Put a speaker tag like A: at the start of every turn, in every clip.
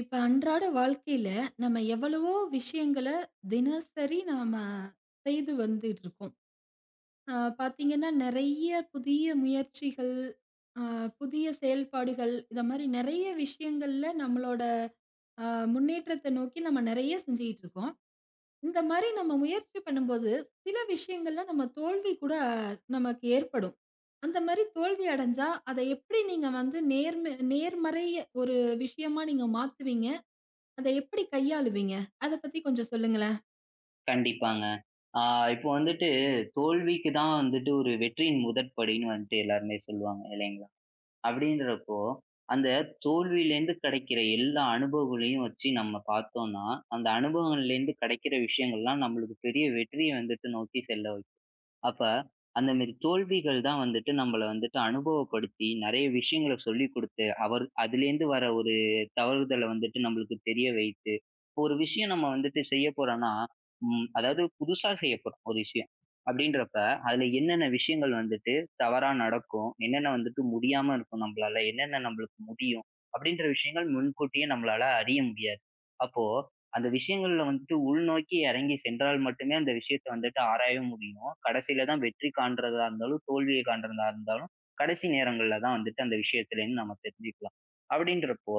A: இப்ப அன்றாட வாழ்க்கையில நம்ம எவ்வளவோ விஷயங்கள தினசரி நாம செய்து வந்துட்டு இருக்கோம். அ பார்த்தீங்கன்னா, நெறைய புதிய முயற்சிகள், அ புதிய செயல்பாடுகள் இத மாரி நெறைய விஷயங்கள்ல நம்மளோட அ முன்னேற்றத்த நோக்கி நம்ம நெறைய செஞ்சுகிட்டு இருக்கோம். இந்த மாரி நம்ம முயற்சி பண்ணும்போது, சில விஷயங்கள்ல நம்ம தோல்வி கூட நமக்கு ஏற்படும். அந்த மாரி தோல்வி அடைஞ்சா, அத எப்படி நீங்க வந்து நேர்மறை ஒரு விஷயமா நீங்க மாத்துவீங்க? அத எப்படி கையாளுவீங்க? அத பத்தி கொஞ்சம் சொல்லுங்களேன்.
B: கண்டிப்பாங்க. ஆ இப்போ வந்துட்டு தோல்விக்கு தான் வந்துட்டு ஒரு வெற்றியின் முதற்படின்னு வந்துட்டு எல்லாருமே சொல்லுவாங்க இல்லைங்களா? அப்படின்றப்போ, அந்த தோல்வியிலேருந்து கிடைக்கிற எல்லா அனுபவங்களையும் வச்சு நம்ம பார்த்தோம்னா, அந்த அனுபவங்கள்லேருந்து கிடைக்கிற விஷயங்கள்லாம் நம்மளுக்கு பெரிய வெற்றிய வந்துட்டு நோக்கி செல்ல வைக்கும். அப்ப, அந்த மேரி தோல்விகள் தான் வந்துட்டு நம்மள வந்துட்டு அனுபவப்படுத்தி, நெறைய விஷயங்கள சொல்லிக் குடுத்து, அவர் அதுலேருந்து வர ஒரு தவறுதல வந்துட்டு நம்மளுக்கு தெரிய வைத்து, இப்போ ஒரு விஷயம் நம்ம வந்துட்டு செய்யப் போறோம்னா, அதாவது புதுசா செய்யப் போறோம் ஒரு விஷயம். அப்படின்றப்ப, அதுல என்னென்ன விஷயங்கள் வந்துட்டு தவறா நடக்கும், என்னென்ன வந்துட்டு முடியாம இருக்கும் நம்பளால, என்னென்ன நம்பளுக்கு முடியும், அப்படின்ற விஷயங்கள் முன்கூட்டியே நம்மளால அறிய முடியாது. அப்போ அந்த விஷயங்கள்ல வந்துட்டு உள்நோக்கி இறங்கி சென்றால் மட்டுமே அந்த விஷயத்த வந்துட்டு ஆராய முடியும். கடைசியில தான் வெற்றி காண்றதா இருந்தாலும், தோல்விய காண்றதா இருந்தாலும், கடைசி நேரங்கள்ல தான் வந்துட்டு அந்த விஷயத்துலேருந்து நம்ம தெரிஞ்சுக்கலாம். அப்படின்றப்போ,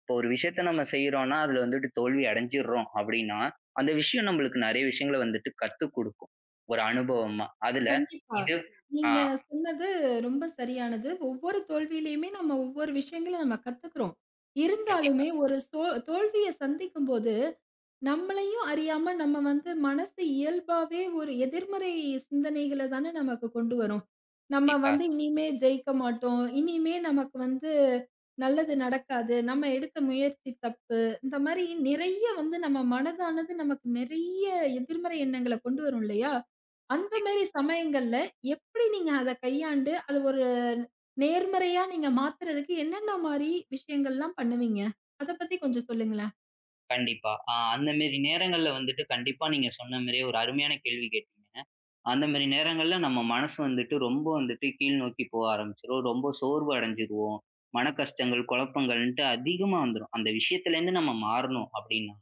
B: இப்போ ஒரு விஷயத்த நம்ம செய்றோம்னா, அதுல வந்துட்டு தோல்வி அடைஞ்சிடுறோம் அப்படின்னா, அந்த விஷயம் நம்மளுக்கு நெறைய விஷயங்கள வந்துட்டு கத்துக் குடுக்கும். ஒரு அனுபவமா. அதுல
A: கண்டிப்பா.
B: இது ஆ
A: நீங்க சொன்னது ரொம்ப சரியானது. ஒவ்வொரு தோல்வியிலயுமே நம்ம ஒவ்வொரு விஷயங்கள நம்ம கத்துக்கிறோம்.
B: கண்டிப்பா,
A: இருந்தாலுமே ஒரு தோல்விய சந்திக்கும்போது, நம்மளையும் அறியாம நம்ம வந்து மனசு இயல்பாவே ஒரு எதிர்மறை சிந்தனைகள தானே நமக்கு கொண்டு வரும். நம்ம
B: கண்டிப்பா.
A: வந்து இனிமே ஜெயிக்க மாட்டோம். இனிமே நமக்கு வந்து நல்லது நடக்காது. நம்ம எடுத்த முயற்சி தப்பு. இந்த மாரி நிறைய வந்து நம்ம மனதானது நமக்கு நிறைய எதிர்மறை எண்ணங்கள கொண்டு வரும் இல்லையா? அந்த மாரி சமயங்கள்ல எப்படி நீங்க அத கையாண்டு அது ஒரு நேர்மறையா நீங்க மாத்துறதுக்கு என்னென்ன மாரி விஷயங்கள்லாம் பண்ணுவீங்க? அத பத்தி கொஞ்சம் சொல்லுங்களேன்.
B: கண்டிப்பா. அந்த மேரி நேரங்கள்ல வந்துட்டு கண்டிப்பா நீங்க சொன்ன மாரியே ஒரு அருமையான கேள்வி கேட்டீங்க. அந்த மாரி நேரங்கள்ல நம்ம மனசு வந்துட்டு ரொம்ப வந்துட்டு கீழ் நோக்கி போக ஆரம்பிச்சுரும். ரொம்ப சோர்வு அடைஞ்சிருவோம். மனக்கஷ்டங்கள், குழப்பங்கள்ன்ட்டு அதிகமா வந்துரும். அந்த விஷயத்துலேருந்து நம்ம மாறணும் அப்படின்னா,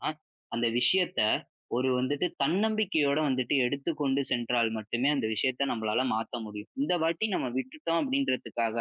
B: அந்த விஷயத்த ஒரு வந்துட்டு தன்னம்பிக்கையோட வந்துட்டு எடுத்துக்கொண்டு சென்றால் மட்டுமே அந்த விஷயத்த நம்மளால மாத்த முடியும். இந்த வாட்டி நம்ம விட்டுட்டோம் அப்படின்றதுக்காக,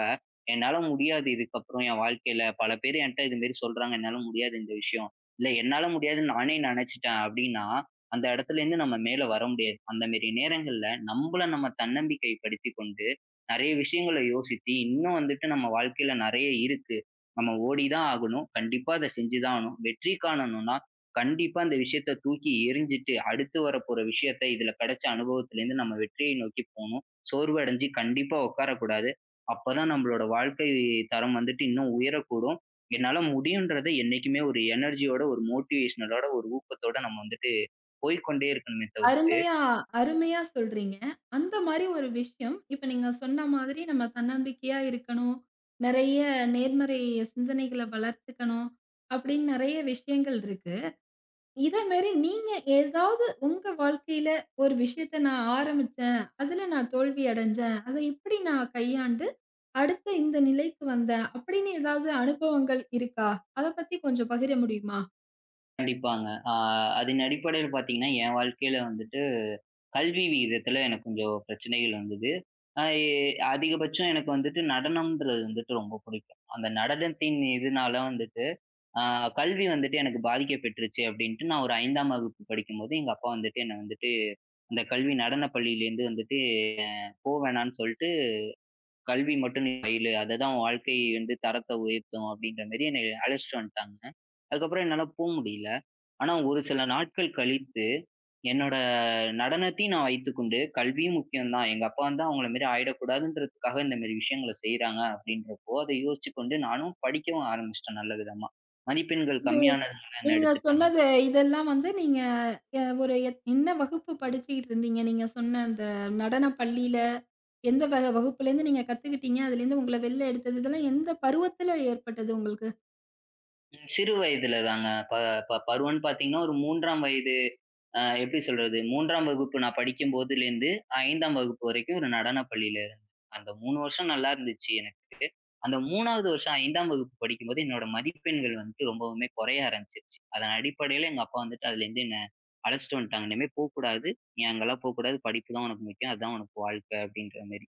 B: "என்னால முடியாது இதுக்கப்புறம் என் வாழ்க்கையில பல பேர் என்ட்ட இது மாரி சொல்றாங்க. என்னால முடியாது இந்த விஷயம். இல்ல என்னால முடியாதுன்னு நானே நெனைச்சுட்டேன்." அப்படின்னா, அந்த இடத்துலேருந்து நம்ம மேல வர முடியாது. அந்த மாரி நேரங்கள்ல நம்பள நம்ம தன்னம்பிக்கைப்படுத்திக் கொண்டு, நெறைய விஷயங்கள யோசித்து, இன்னும் வந்துட்டு நம்ம வாழ்க்கையில நெறைய இருக்கு. நம்ம ஓடி தான் ஆகணும். கண்டிப்பா அத செஞ்சு தான் ஆகணும். வெற்றி காணணும்னா கண்டிப்பா அந்த விஷயத்த தூக்கி எறிஞ்சிட்டு, அடுத்து வரப்போற விஷயத்த இதுல கிடைச்ச அனுபவத்திலேருந்து நம்ம வெற்றியை நோக்கி போணும். சோர்வு அடைஞ்சு கண்டிப்பா உட்காரக்கூடாது. அப்பதான் நம்மளோட வாழ்க்கை தரம் வந்துட்டு இன்னும் உயரக்கூடும். என்னால முடியுன்றத என்னைக்குமே ஒரு எனர்ஜியோட, ஒரு மோட்டிவேஷனலோட, ஒரு ஊக்கத்தோட நம்ம வந்துட்டு போய்க்கொண்டே இருக்கணுமே தவிர்த்து
A: அருமையா அருமையா சொல்றீங்க. அந்த மாரி ஒரு விஷயம், இப்ப நீங்க சொன்ன மாதிரி நம்ம தன்னம்பிக்கையா இருக்கணும். நெறைய நேர்மறை சிந்தனைகள வளர்த்துக்கணும். அப்படின்னு நெறைய விஷயங்கள் இருக்கு. இத மாரி நீங்க ஏதாவது உங்க வாழ்க்கையில ஒரு விஷயத்த நான் ஆரம்பிச்சேன். அதுல நான் தோல்வி அடைஞ்சேன். அத இப்படி நான் கையாண்டு அடுத்த இந்த நிலைக்கு வந்தேன். அப்படின்னு ஏதாவது அனுபவங்கள் இருக்கா? அத பத்தி கொஞ்சம் பகிர முடியுமா?
B: கண்டிப்பாங்க. அதன் அடிப்படையில பார்த்தீங்கன்னா, என் வாழ்க்கையில வந்துட்டு கல்வி விகிதத்துல எனக்கு கொஞ்சம் பிரச்சனைகள் வந்தது. அ எ அதிகபட்சம் எனக்கு வந்துட்டு நடனம்ன்றது வந்துட்டு ரொம்ப பிடிக்கும். அந்த நடனத்தின் இதுனால வந்துட்டு, அ கல்வி வந்துட்டு எனக்கு பாதிக்கப்பட்டுருச்சு அப்டின்ட்டு நான் ஒரு 5ஆம் வகுப்பு படிக்கும்போது, எங்க அப்பா வந்துட்டு என்ன வந்துட்டு, அந்த கல்வி நடன பள்ளியிலேருந்து வந்துட்டு அ போ வேணான்னு சொல்ட்டு கல்வி மட்டும் நீ பயிலு. அதுதான் உன் வாழ்க்கை வந்து தரத்த உயர்த்தும் அப்படின்ற மாரி என்னைய அழைச்சிட்டு வந்துட்டாங்க. அதுக்கப்புறம் என்னால போ முடியல. ஆனா ஒரு சில நாட்கள் கழித்து, என்னோட நடனத்தையும் நான் வைத்துக்கொண்டு, கல்வியும் முக்கியம் தான். எங்க அப்பா வந்து அவங்கள மாரி ஆயிடக்கூடாதுன்றதுக்காக இந்த மாரி விஷயங்கள செய்றாங்க அப்படின்றப்போ, அதை யோசிச்சுக்கொண்டு நானும் படிக்கவும் ஆரம்பிச்சுட்டேன் நல்ல விதமா. மதிப்பெண்கள் கம்மியானதுனால என்ன
A: நீங்க
B: எடுத்துட்டாங்க.
A: சொன்னது இதெல்லாம் வந்து நீங்க ஒரு என்ன வகுப்பு படிச்சுக்கிட்டு இருந்தீங்க? நீங்க சொன்ன அந்த நடன பள்ளியில எந்த வகுப்புலேருந்து நீங்க கத்துக்கிட்டீங்க? அதுலேருந்து உங்கள வெளில எடுத்தது, இதெல்லாம் எந்த பருவத்தில ஏற்பட்டது உங்களுக்கு?
B: சிறு வயதுல தாங்க. ப ப பருவம்ன்னு பார்த்தீங்கன்னா, ஒரு 3ஆம் வயது எப்படி சொல்றது? 3ஆம் வகுப்பு நான் படிக்கும்போதுலேருந்து, 5ஆம் வகுப்பு வரைக்கும் ஒரு நடனப் பள்ளியில இருந்தேன். அந்த 3 வருஷம் நல்லா இருந்துச்சு எனக்கு. அந்த 3வது வருஷம் 5ஆம் வகுப்பு படிக்கும்போது என்னோட மதிப்பெண்கள் வந்துட்டு ரொம்பவுமே குறைய ஆரம்பிச்சுருச்சு. அதன் அடிப்படையில எங்க அப்பா வந்துட்டு அதுலேருந்து என்ன அழைச்சுட்டு வந்துட்டாங்க. "இனிமே போக்கூடாது. நீ அங்கலாம் போக்கூடாது. படிப்பு தான் உனக்கு முக்கியம். அதான் உனக்கு வாழ்க்கை." அப்படீன்ற மாரி.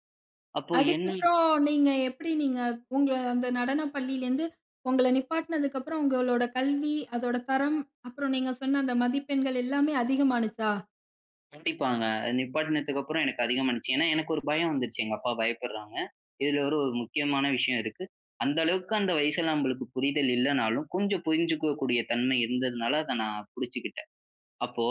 B: அப்போ என்ன
A: அதுக்கப்புறம் நீங்க உங்க அந்த நடன பள்ளியிலேருந்து உங்கள நிப்பாட்டினதுக்கப்புறம் உங்களோட கல்வி, அதோட தரம், அப்புறம் நீங்க சொன்ன அந்த மதிப்பெண்கள் எல்லாமே அதிகமானுச்சா?
B: கண்டிப்பாங்க. அது நிப்பாட்டினதுக்கு அப்புறம் எனக்கு அதிகமா இருந்துச்சு. ஏன்னா, எனக்கு ஒரு பயம் வந்துருச்சு. எங்க அப்பா பயப்படுறாங்க. இதுல ஒரு ஒரு முக்கியமான விஷயம் இருக்கு. அந்த அளவுக்கு அந்த வயசுல நம்மளுக்கு புரிதல் இல்லனாலும், கொஞ்சம் புரிஞ்சுக்கக்கூடிய தன்மை இருந்ததுனால, அத நான் புடிச்சுக்கிட்டேன். அப்போ,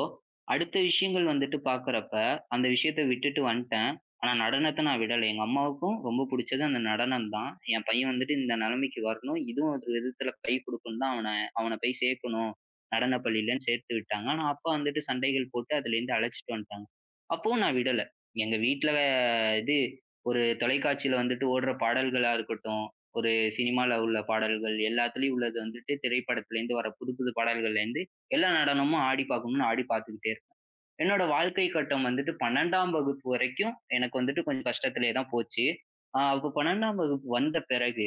B: அடுத்த விஷயங்கள் வந்துட்டு பார்க்குறப்ப, அந்த விஷயத்த விட்டுட்டு வந்துட்டேன். ஆனா நடனத்த நான் விடல. எங்க அம்மாவுக்கும் ரொம்ப புடிச்சது அந்த நடனம் தான். என் பையன் வந்துட்டு இந்த நிலைமைக்கு வரணும். இதுவும் ஒரு விதத்துல கை குடுக்கும்னு தான் அவன அவன போய் சேர்க்கணும். நடனப் பள்ளியிலன்னு சேர்த்து விட்டாங்க. ஆனா அப்பா வந்துட்டு சண்டைகள் போட்டு அதுலேருந்து அழைச்சுட்டு வந்துட்டாங்க. அப்பவும் நான் விடல. எங்க வீட்ல இது ஒரு தொலைக்காட்சியில வந்துட்டு ஓடுற பாடல்களா இருக்கட்டும், ஒரு சினிமால உள்ள பாடல்கள் எல்லாத்துலயும் உள்ளது வந்துட்டு திரைப்படத்துலேருந்து வர புது புது பாடல்கள்லேருந்து எல்லா நடனமும் ஆடி பார்க்கணும்னு ஆடி பார்த்துக்கிட்டே இருப்பேன். என்னோட வாழ்க்கை கட்டம் வந்துட்டு 12ஆம் வகுப்பு வரைக்கும் எனக்கு வந்துட்டு கொஞ்சம் கஷ்டத்திலே தான் போச்சு. அப்போ 12ஆம் வகுப்பு வந்த பிறகு,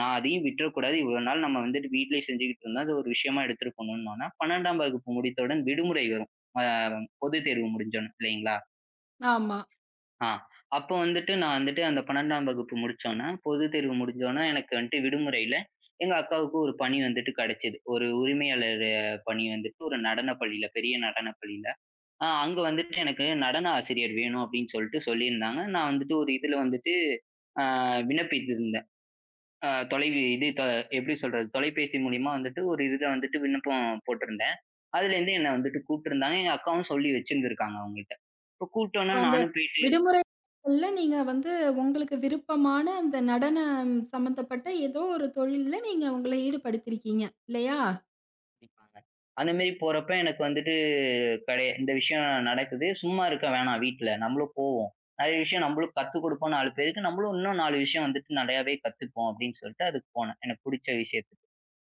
B: நான் அதையும் விட்டுறக்கூடாது. இவ்வளோ நாள் நம்ம வந்துட்டு வீட்டிலேயே செஞ்சுக்கிட்டு இருந்தோம். அது ஒரு விஷயமா எடுத்துட்டு போணும்னோன்ன, 12ஆம் வகுப்பு முடித்தவுடன் விடுமுறை வரும். அ பொதுத் தேர்வு முடிஞ்சோன, இல்லைங்களா?
A: ஆமா.
B: ஆ. அப்போ வந்துட்டு நான் வந்துட்டு அந்த 12ஆம் வகுப்பு முடிச்சோன்ன, பொதுத் தேர்வு முடிஞ்சோன எனக்கு வந்துட்டு விடுமுறையில, எங்க அக்காவுக்கு ஒரு பணி வந்துட்டு கிடைச்சது. ஒரு உரிமையாளர் பணி வந்துட்டு ஒரு நடனப் பள்ளியில, பெரிய நடனப் பள்ளியில. அங்க வந்துட்டு எனக்கு நடன ஆசிரியர் வேணும் அப்படின்னு சொல்லிட்டு சொல்லியிருந்தாங்க. நான் வந்துட்டு ஒரு இதுல வந்துட்டு அ விண்ணப்பித்திருந்தேன். அ தொலைவி இது த எப்படி சொல்றது? தொலைபேசி மூலியமா வந்துட்டு ஒரு இதுல வந்துட்டு விண்ணப்பம் போட்டிருந்தேன். அதுலேருந்து என்ன வந்துட்டு கூப்பிட்டுருந்தாங்க. எங்க அக்காவும் சொல்லி வச்சிருந்திருக்காங்க அவங்ககிட்ட. இப்போ கூப்பிட்டோன்ன
A: அந்த
B: நானும் போயிட்டு
A: விடுமுறை நாட்கள்ல நீங்க வந்து உங்களுக்கு விருப்பமான அந்த நடனம் சம்மந்தப்பட்ட ஏதோ ஒரு தொழில்ல நீங்க உங்கள ஈடுபடுத்திருக்கீங்க. இல்லையா?
B: கண்டிப்பாங்க. அந்த மாரி போறப்ப எனக்கு வந்துட்டு கடை இந்த விஷயம் நடக்குது. சும்மா இருக்க வேணாம் வீட்ல. நம்மளும் போவோம். நெறைய விஷயம் நம்மளும் கத்துக் குடுப்போம் 4 பேருக்கு. நம்மளும் இன்னும் 4 விஷயம் வந்துட்டு நெறையாவே கத்துப்போம் அப்படின்னு சொல்லிட்டு அதுக்கு போனேன். எனக்கு புடிச்ச விஷயத்த.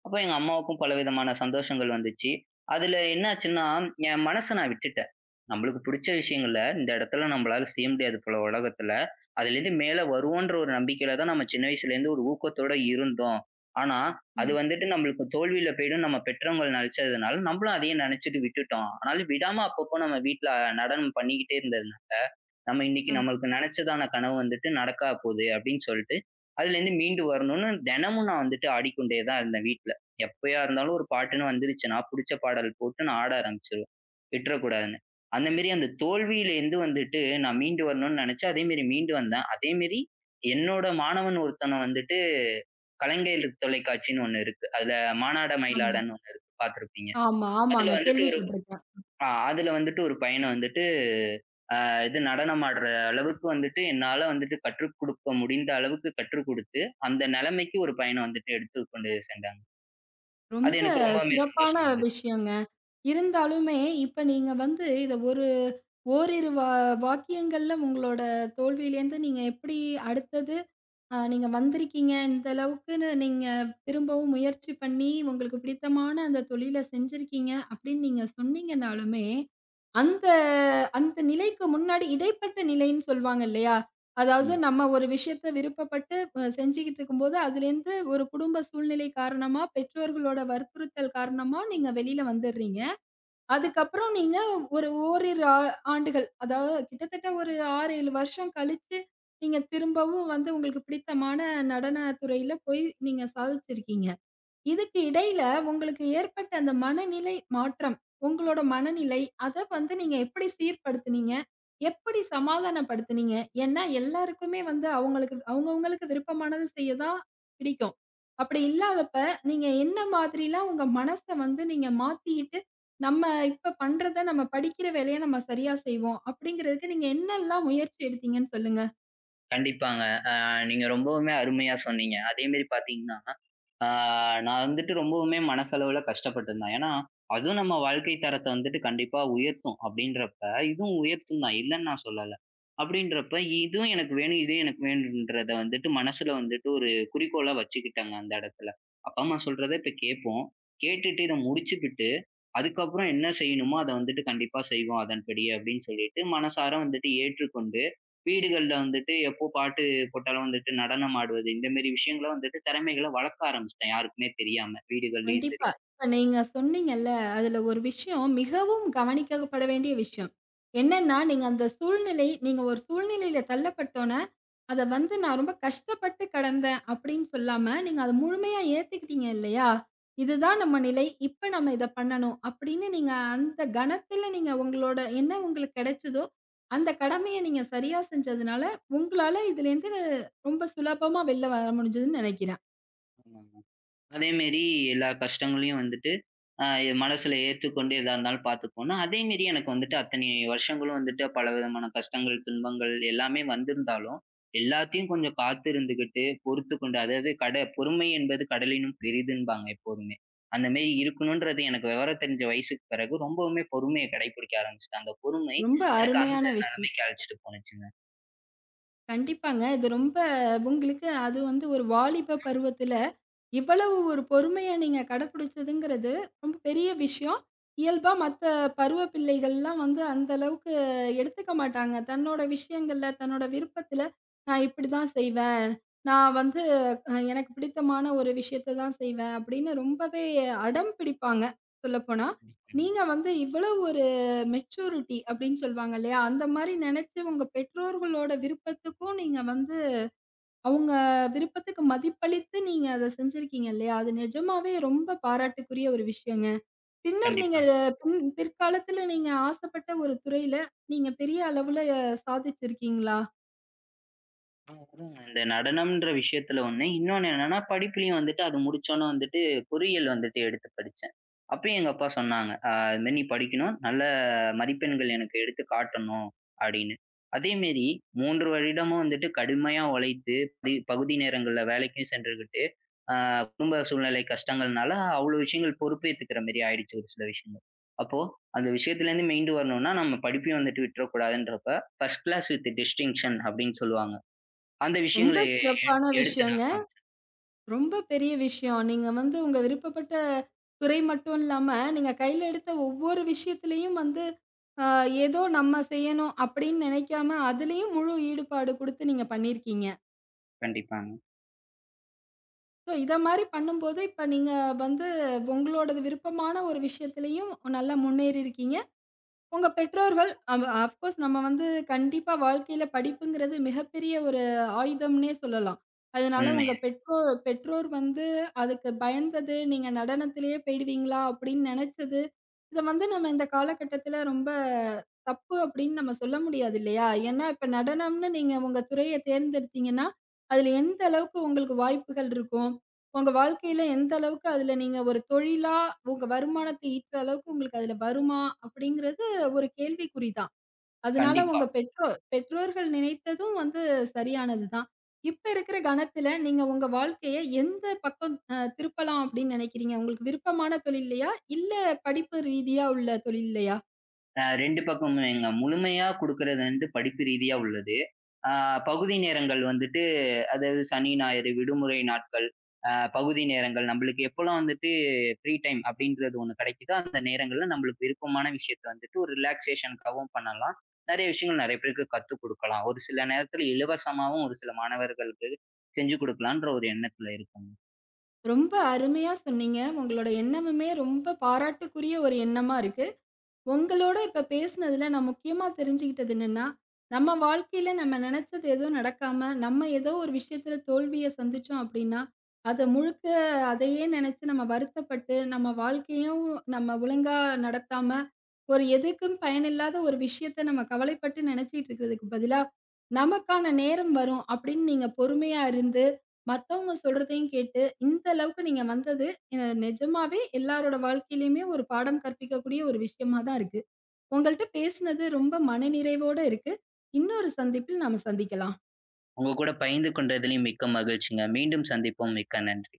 B: அப்ப எங்க அம்மாவுக்கும் பலவிதமான சந்தோஷங்கள் வந்துச்சு. அதுல என்னாச்சுன்னா, என் மனச நான் விட்டுட்டேன். நம்மளுக்கு புடிச்ச விஷயங்கள இந்த இடத்துல நம்மளால செய்ய முடியாது போல உலகத்துல. அதுலேருந்து மேல வருவோன்ற ஒரு நம்பிக்கையில தான் நம்ம சின்ன வயசுலேருந்து ஒரு ஊக்கத்தோட இருந்தோம். ஆனா, அது
A: ம்.
B: வந்துட்டு நம்மளுக்கு தோல்வியில போயிடும் நம்ம பெற்றவங்கள் நினைச்சதுனால, நம்மளும் அதையே நினைச்சுட்டு விட்டுட்டோம். ஆனாலும் விடாம அப்பப்போ நம்ம வீட்ல நடனம் பண்ணிக்கிட்டே இருந்ததுனால, நம்ம இன்னைக்கு
A: அ
B: நம்மளுக்கு நினைச்சதான கனவு வந்துட்டு நடக்கா போகுது அப்படின்னு சொல்லிட்டு, அதுலேருந்து மீண்டு வரணும்னு தினமும் நான் வந்துட்டு ஆடிக்கொண்டே தான் இருந்தேன் வீட்ல. எப்பயா இருந்தாலும் ஒரு பாட்டுன்னு வந்துருச்சுன்னா, புடிச்ச பாடல் போட்டு நான் ஆட ஆரம்பிச்சுருவேன். விட்டுறக்கூடாதுன்னு. அந்த மேரி அந்த தோல்வியிலேருந்து வந்துட்டு நான் மீண்டு வரணும்னு நெனச்சேன். அதே மேரி மீண்டு வந்தேன். அதே மேரி என்னோட மாணவன் ஒருத்தன வந்துட்டு கலைஞர் தொலைக்காட்சின்னு ஒண்ணு இருக்கு. அதுல மானாட
A: ஆமா.
B: மயிலாடன்னு ஒண்ணு இருக்கு பார்த்திருப்பீங்க.
A: ஆமா,
B: அதுல
A: ஆமாங்க.
B: வந்துட்டு ஒரு
A: கேள்விப்பட்டுருக்கேன்.
B: அதுல வந்துட்டு ஒரு பையன வந்துட்டு இது நடனம் ஆடுற அளவுக்கு வந்துட்டு என்னால வந்துட்டு கற்றுக் குடுக்க முடிந்த அளவுக்கு கற்றுக் குடுத்து, அந்த நெலைமைக்கு ஒரு பையன வந்துட்டு எடுத்துக் கொண்டு சென்றாங்க. அது
A: ரொம்ப
B: எனக்கு ரொம்பவுமே
A: சிறப்பான
B: சந்தோஷமா இருந்தது.
A: விஷயங்க. இருந்தாலுமே இப்ப நீங்க வந்து இத ஒரு ஓரிரு வாக்கியங்கள்ல உங்களோட தோல்வியிலேருந்து நீங்க எப்படி அடுத்தது நீங்க வந்திருக்கீங்க. இந்த அளவுக்குன்னு நீங்க திரும்பவும் முயற்சி பண்ணி, உங்களுக்கு பிடித்தமான அந்த தொழில செஞ்சிருக்கீங்க அப்படின்னு நீங்க சொன்னீங்கனாலுமே, அந்த அந்த நிலைக்கு முன்னாடி இடைப்பட்ட நிலைன்னு சொல்வாங்க இல்லையா? அதாவது
B: ம்.
A: நம்ம ஒரு விஷயத்த விருப்பப்பட்டு செஞ்சுகிட்டு இருக்கும்போது, அதுலேருந்து ஒரு குடும்ப சூழ்நிலை காரணமா, பெற்றோர்களோட வற்புறுத்தல் காரணமா நீங்க வெளில வந்துர்றீங்க. அதுக்கப்புறம் நீங்க ஒரு ஓரிரு ஆண்டுகள், அதாவது கிட்டத்தட்ட ஒரு 6, 7 வருஷம் கழிச்சு, நீங்க திரும்பவும் வந்து உங்களுக்கு பிடித்தமான நடன துறையில போய் நீங்க சாதிச்சிருக்கீங்க. இதுக்கு இடையில உங்களுக்கு ஏற்பட்ட அந்த மனநிலை மாற்றம், உங்களோட மனநிலை, அத வந்து நீங்க எப்படி சீர்படுத்துனீங்க? எப்படி சமாதானப்படுத்துனீங்க? ஏன்னா, எல்லாருக்குமே வந்து அவங்கவங்களுக்கு விருப்பமானது செய்ய தான் பிடிக்கும். அப்படி இல்லாதப்ப, நீங்க என்ன மாதிரிலாம் உங்க மனச வந்து நீங்க மாத்திக்கிட்டு, "நம்ம இப்ப பண்றத நம்ம படிக்கிற வேலைய நம்ம சரியா செய்வோம்." அப்படிங்கிறதுக்கு நீங்க என்னெல்லாம் முயற்சி எடுத்தீங்கன்னு சொல்லுங்க?
B: கண்டிப்பாங்க. அ நீங்க ரொம்பவுமே அருமையா சொன்னீங்க. அதே மாரி பார்த்தீங்கன்னா, அ நான் வந்துட்டு ரொம்பவுமே மனசளவுல கஷ்டப்பட்டுருந்தேன். ஏன்னா, அதுவும் நம்ம வாழ்க்கை தரத்த வந்துட்டு கண்டிப்பா உயர்த்தும் அப்படின்றப்ப, இதுவும் உயர்த்தும் தான் இல்லன்னு நான் சொல்லல. அப்படின்றப்ப இதுவும் எனக்கு வேணும், இதுவும் எனக்கு வேணுன்றத வந்துட்டு மனசுல வந்துட்டு ஒரு குறிக்கோளா வச்சுக்கிட்டேங்க அந்த இடத்துல. அப்பா, அம்மா சொல்றத இப்ப கேட்போம். கேட்டுட்டு இத முடிச்சுக்கிட்டு அதுக்கப்புறம் என்ன செய்யணுமோ அத வந்துட்டு கண்டிப்பா செய்வோம் அதன்படி அப்படின்னு சொல்லிட்டு மனசார வந்துட்டு ஏற்றுக்கொண்டு, வீடுகள்ல வந்துட்டு எப்போ பாட்டு போட்டாலும் வந்துட்டு நடனம் ஆடுவது, இந்த மாரி விஷயங்கள வந்துட்டு திறமைகள வளர்க்க ஆரம்பிச்சுட்டேன் யாருக்குமே தெரியாம வீடுகள்லயும் சரி.
A: கண்டிப்பா. இப்ப நீங்க சொன்னீங்கல்ல, அதுல ஒரு விஷயம் மிகவும் கவனிக்கப்பட வேண்டிய விஷயம். என்னன்னா, நீங்க ஒரு சூழ்நிலையில தள்ளப்பட்டோன, அத வந்து நான் ரொம்ப கஷ்டப்பட்டு கடந்தேன் அப்படின்னு சொல்லாம, நீங்க அத முழுமையா ஏத்துக்கிட்டீங்க இல்லையா? இதுதான் நம்ம நிலை. இப்ப நம்ம இத பண்ணணும் அப்படின்னு நீங்க அந்த கணத்துல நீங்க உங்களோட உங்களுக்கு கிடைச்சதோ, அந்த கடமைய நீங்க சரியா செஞ்சதுனால, உங்களால இதுலேருந்து ரொம்ப சுலபமா வெளில வர முடிஞ்சதுன்னு நினைக்கிறேன்.
B: ஆமாங்க. அதேமாரி எல்லா கஷ்டங்களையும் வந்துட்டு, அ மனசுல ஏத்துக்கொண்டு எதா இருந்தாலும் பார்த்துப்போம்னா, அதேமாரி எனக்கு வந்துட்டு அத்தனை வருஷங்களும் வந்துட்டு பலவிதமான கஷ்டங்கள், துன்பங்கள் எல்லாமே வந்திருந்தாலும், எல்லாத்தையும் கொஞ்சம் காத்திருந்துகிட்டு, பொறுத்துக்கொண்டு அதாவது கட பொறுமை என்பது கடலினும் பெரிதுன்பாங்க எப்போதுமே. அந்த மாரி இருக்கணுன்றது எனக்கு விவரம் தெரிஞ்ச வயசுக்கு பிறகு ரொம்பவுமே பொறுமைய கடைபிடிக்க ஆரம்பிச்சுட்டேன். அந்த பொறுமை
A: ரொம்ப
B: எனக்கு அந்த
A: அருமையான விஷயம்.
B: நிலைமைக்கு அழைச்சிட்டு போணுச்சுங்க.
A: கண்டிப்பாங்க. இது ரொம்ப உங்களுக்கு அது வந்து ஒரு வாலிப பருவத்தில, இவ்வளவு ஒரு பொறுமைய நீங்க கடைபிடிச்சதுங்கிறது ரொம்ப பெரிய விஷயம். இயல்பா மத்த பருவ பிள்ளைகள்லாம் வந்து அந்த அளவுக்கு எடுத்துக்க மாட்டாங்க. தன்னோட விஷயங்கள்ல, தன்னோட விருப்பத்தில, நான் இப்படிதான் செய்வேன். நான் வந்து எனக்கு பிடித்தமான ஒரு விஷயத்த தான் செய்வேன். அப்படின்னு ரொம்பவே அடம் பிடிப்பாங்க, சொல்லப்போனா.
B: ம்.
A: நீங்க வந்து இவ்வளவு ஒரு மெச்சூரிட்டி அப்படின்னு சொல்லுவாங்க இல்லையா? அந்த மாரி நெனச்சு உங்க பெற்றோர்களோட விருப்பத்துக்கும் நீங்க வந்து அவங்க விருப்பத்துக்கு மதிப்பளித்து நீங்க அத செஞ்சிருக்கீங்க இல்லையா? அது நிஜமாவே ரொம்ப பாராட்டுக்குரிய ஒரு விஷயங்க. பின்னர் நீங்க
B: கண்டிப்பா.
A: பின் பிற்காலத்துல நீங்க ஆசைப்பட்ட ஒரு துறையில நீங்க பெரிய அளவுல சாதிச்சிருக்கீங்களா?
B: அதாங்க. இந்த நடனம்ன்ற விஷயத்துல ஒண்ணு. இன்னொன்னு என்னன்னா, படிப்புலயும் வந்துட்டு அது முடிச்சோனே வந்துட்டு பொறியியல் வந்துட்டு எடுத்து படிச்சேன். அப்பயும் எங்க அப்பா சொன்னாங்க, இது மாரி நீ படிக்கணும். நல்ல மதிப்பெண்கள் எனக்கு எடுத்து காட்டணும்." அப்படின்னு. அதே மாரி 3 வருடமும் வந்துட்டு கடுமையா உழைத்து, பதி பகுதி நேரங்கள்ல வேலைக்கும் சென்றுகிட்டு, அ குடும்ப சூழ்நிலை கஷ்டங்கள்னால அவ்வளோ விஷயங்கள் பொறுப்பேத்துக்கிற மாரி ஆயிடுச்சு ஒரு சில விஷயங்கள். அப்போ அந்த விஷயத்துலேருந்து மீண்டு வரணும்னா, நம்ம படிப்பையும் வந்துட்டு விட்டுறக்கூடாதுன்றப்ப, ஃபர்ஸ்ட் கிளாஸ் வித் டிஸ்டிங்ஷன் அப்படின்னு சொல்லுவாங்க. அந்த
A: ரொம்ப
B: விஷயங்கள எ
A: சிறப்பான
B: எடுத்து
A: விஷயங்க.
B: நான் காமிச்சேன்.
A: ரொம்ப பெரிய விஷயம். நீங்க வந்து உங்க விருப்பப்பட்ட துறை மட்டும் இல்லாம, நீங்க கையில எடுத்த ஒவ்வொரு விஷயத்திலயும் வந்து, அ ஏதோ நம்ம செய்யணும் அப்படின்னு நினைக்காம, அதுலயும் முழு ஈடுபாடு குடுத்து நீங்க பண்ணியிருக்கீங்க.
B: கண்டிப்பாங்க.
A: ஸோ இத மாரி பண்ணும்போது, இப்ப நீங்க வந்து உங்களோட விருப்பமான ஒரு விஷயத்திலயும் நல்லா முன்னேறியிருக்கீங்க. உங்க பெற்றோர்கள் அஃப்கோர்ஸ் நம்ம வந்து கண்டிப்பா வாழ்க்கையில படிப்புங்கிறது மிகப்பெரிய ஒரு ஆயுதம்னே சொல்லலாம். அதனால உங்க
B: உண்மையா.
A: பெற்றோர் பெற்றோர் வந்து அதுக்கு பயந்தது, நீங்க நடனத்திலேயே போயிடுவீங்களா அப்படின்னு நெனச்சது, இத வந்து நம்ம இந்த காலகட்டத்தில ரொம்ப தப்பு அப்படின்னு நம்ம சொல்ல முடியாது இல்லையா? ஏன்னா இப்ப நடனம்னு நீங்க உங்க துறைய தேர்ந்தெடுத்தீங்கன்னா, அதுல எந்த அளவுக்கு உங்களுக்கு வாய்ப்புகள் இருக்கும்? உங்க வாழ்க்கையில எந்த அளவுக்கு அதுல நீங்க ஒரு தொழிலா உங்க வருமானத்த ஈட்டுற அளவுக்கு உங்களுக்கு அதுல வருமா? அப்படிங்கிறது ஒரு கேள்விக்குறிதான். அதனால
B: கண்டிப்பா.
A: உங்க பெற்றோர்கள் நினைத்ததும் வந்து சரியானது தான். இப்ப இருக்கிற கணத்துல நீங்க உங்க வாழ்க்கைய எந்த பக்கம் திருப்பலாம் அப்படின்னு நினைக்கிறீங்க? உங்களுக்கு விருப்பமான தொழில்லையா? இல்ல படிப்பு ரீதியா உள்ள தொழில்லையா?
B: 2 பக்கமுமேங்க. முழுமையா குடுக்குறது வந்து படிப்பு ரீதியா உள்ளது. ஆ பகுதி நேரங்கள் வந்துட்டு அதாவது சனி, ஞாயிறு விடுமுறை நாட்கள், அ பகுதி நேரங்கள் நம்மளுக்கு எப்போலாம் வந்துட்டு ஃப்ரீ டைம் அப்படின்றது ஒண்ணு கிடைக்குதோ, அந்த நேரங்கள்ல நம்மளுக்கு விருப்பமான விஷயத்த வந்துட்டு ஒரு ரிலாக்சேஷனுக்காகவும் பண்ணலாம். நெறைய விஷயங்கள் நெறைய பேருக்கு கத்துக் குடுக்கலாம். ஒரு சில நேரத்துல இலவசமாவும் ஒரு சில மாணவர்களுக்கு செஞ்சு குடுக்கலான்ற ஒரு எண்ணத்துல இருக்கேங்க.
A: ரொம்ப அருமையா சொன்னீங்க. உங்களோட எண்ணமுமே ரொம்ப பாராட்டுக்குரிய ஒரு எண்ணமா இருக்கு. உங்களோட இப்ப பேசினதுல நான் முக்கியமா தெரிஞ்சுக்கிட்டது என்னன்னா, நம்ம வாழ்க்கையில நம்ம நினைச்சது எதுவும் நடக்காம, நம்ம ஏதோ ஒரு விஷயத்துல தோல்விய சந்திச்சோம் அப்படின்னா, அத முழுக்க அதையே நினைச்சு நம்ம வருத்தப்பட்டு, நம்ம வாழ்க்கையும் நம்ம ஒழுங்கா நடத்தாம, ஒரு எதுக்கும் பயனில்லாத ஒரு விஷயத்த நம்ம கவலைப்பட்டு நினைச்சிட்டு இருக்கிறதுக்கு பதிலா, நமக்கான நேரம் வரும் அப்படின்னு நீங்க பொறுமையா இருந்து, மத்தவங்க சொல்றதையும் கேட்டு, இந்த அளவுக்கு நீங்க வந்தது, அ நிஜமாவே எல்லாரோட வாழ்க்கையிலயுமே ஒரு பாடம் கற்பிக்கக்கூடிய ஒரு விஷயமா தான் இருக்கு. உங்கள்ட்ட பேசினது ரொம்ப மனநிறைவோட இருக்கு. இன்னொரு சந்திப்பில் நாம சந்திக்கலாம்.
B: உங்க கூட பகிர்ந்து கொண்டதிலும் மிக்க மகிழ்ச்சிங்க. மீண்டும் சந்திப்போம். மிக்க நன்றி.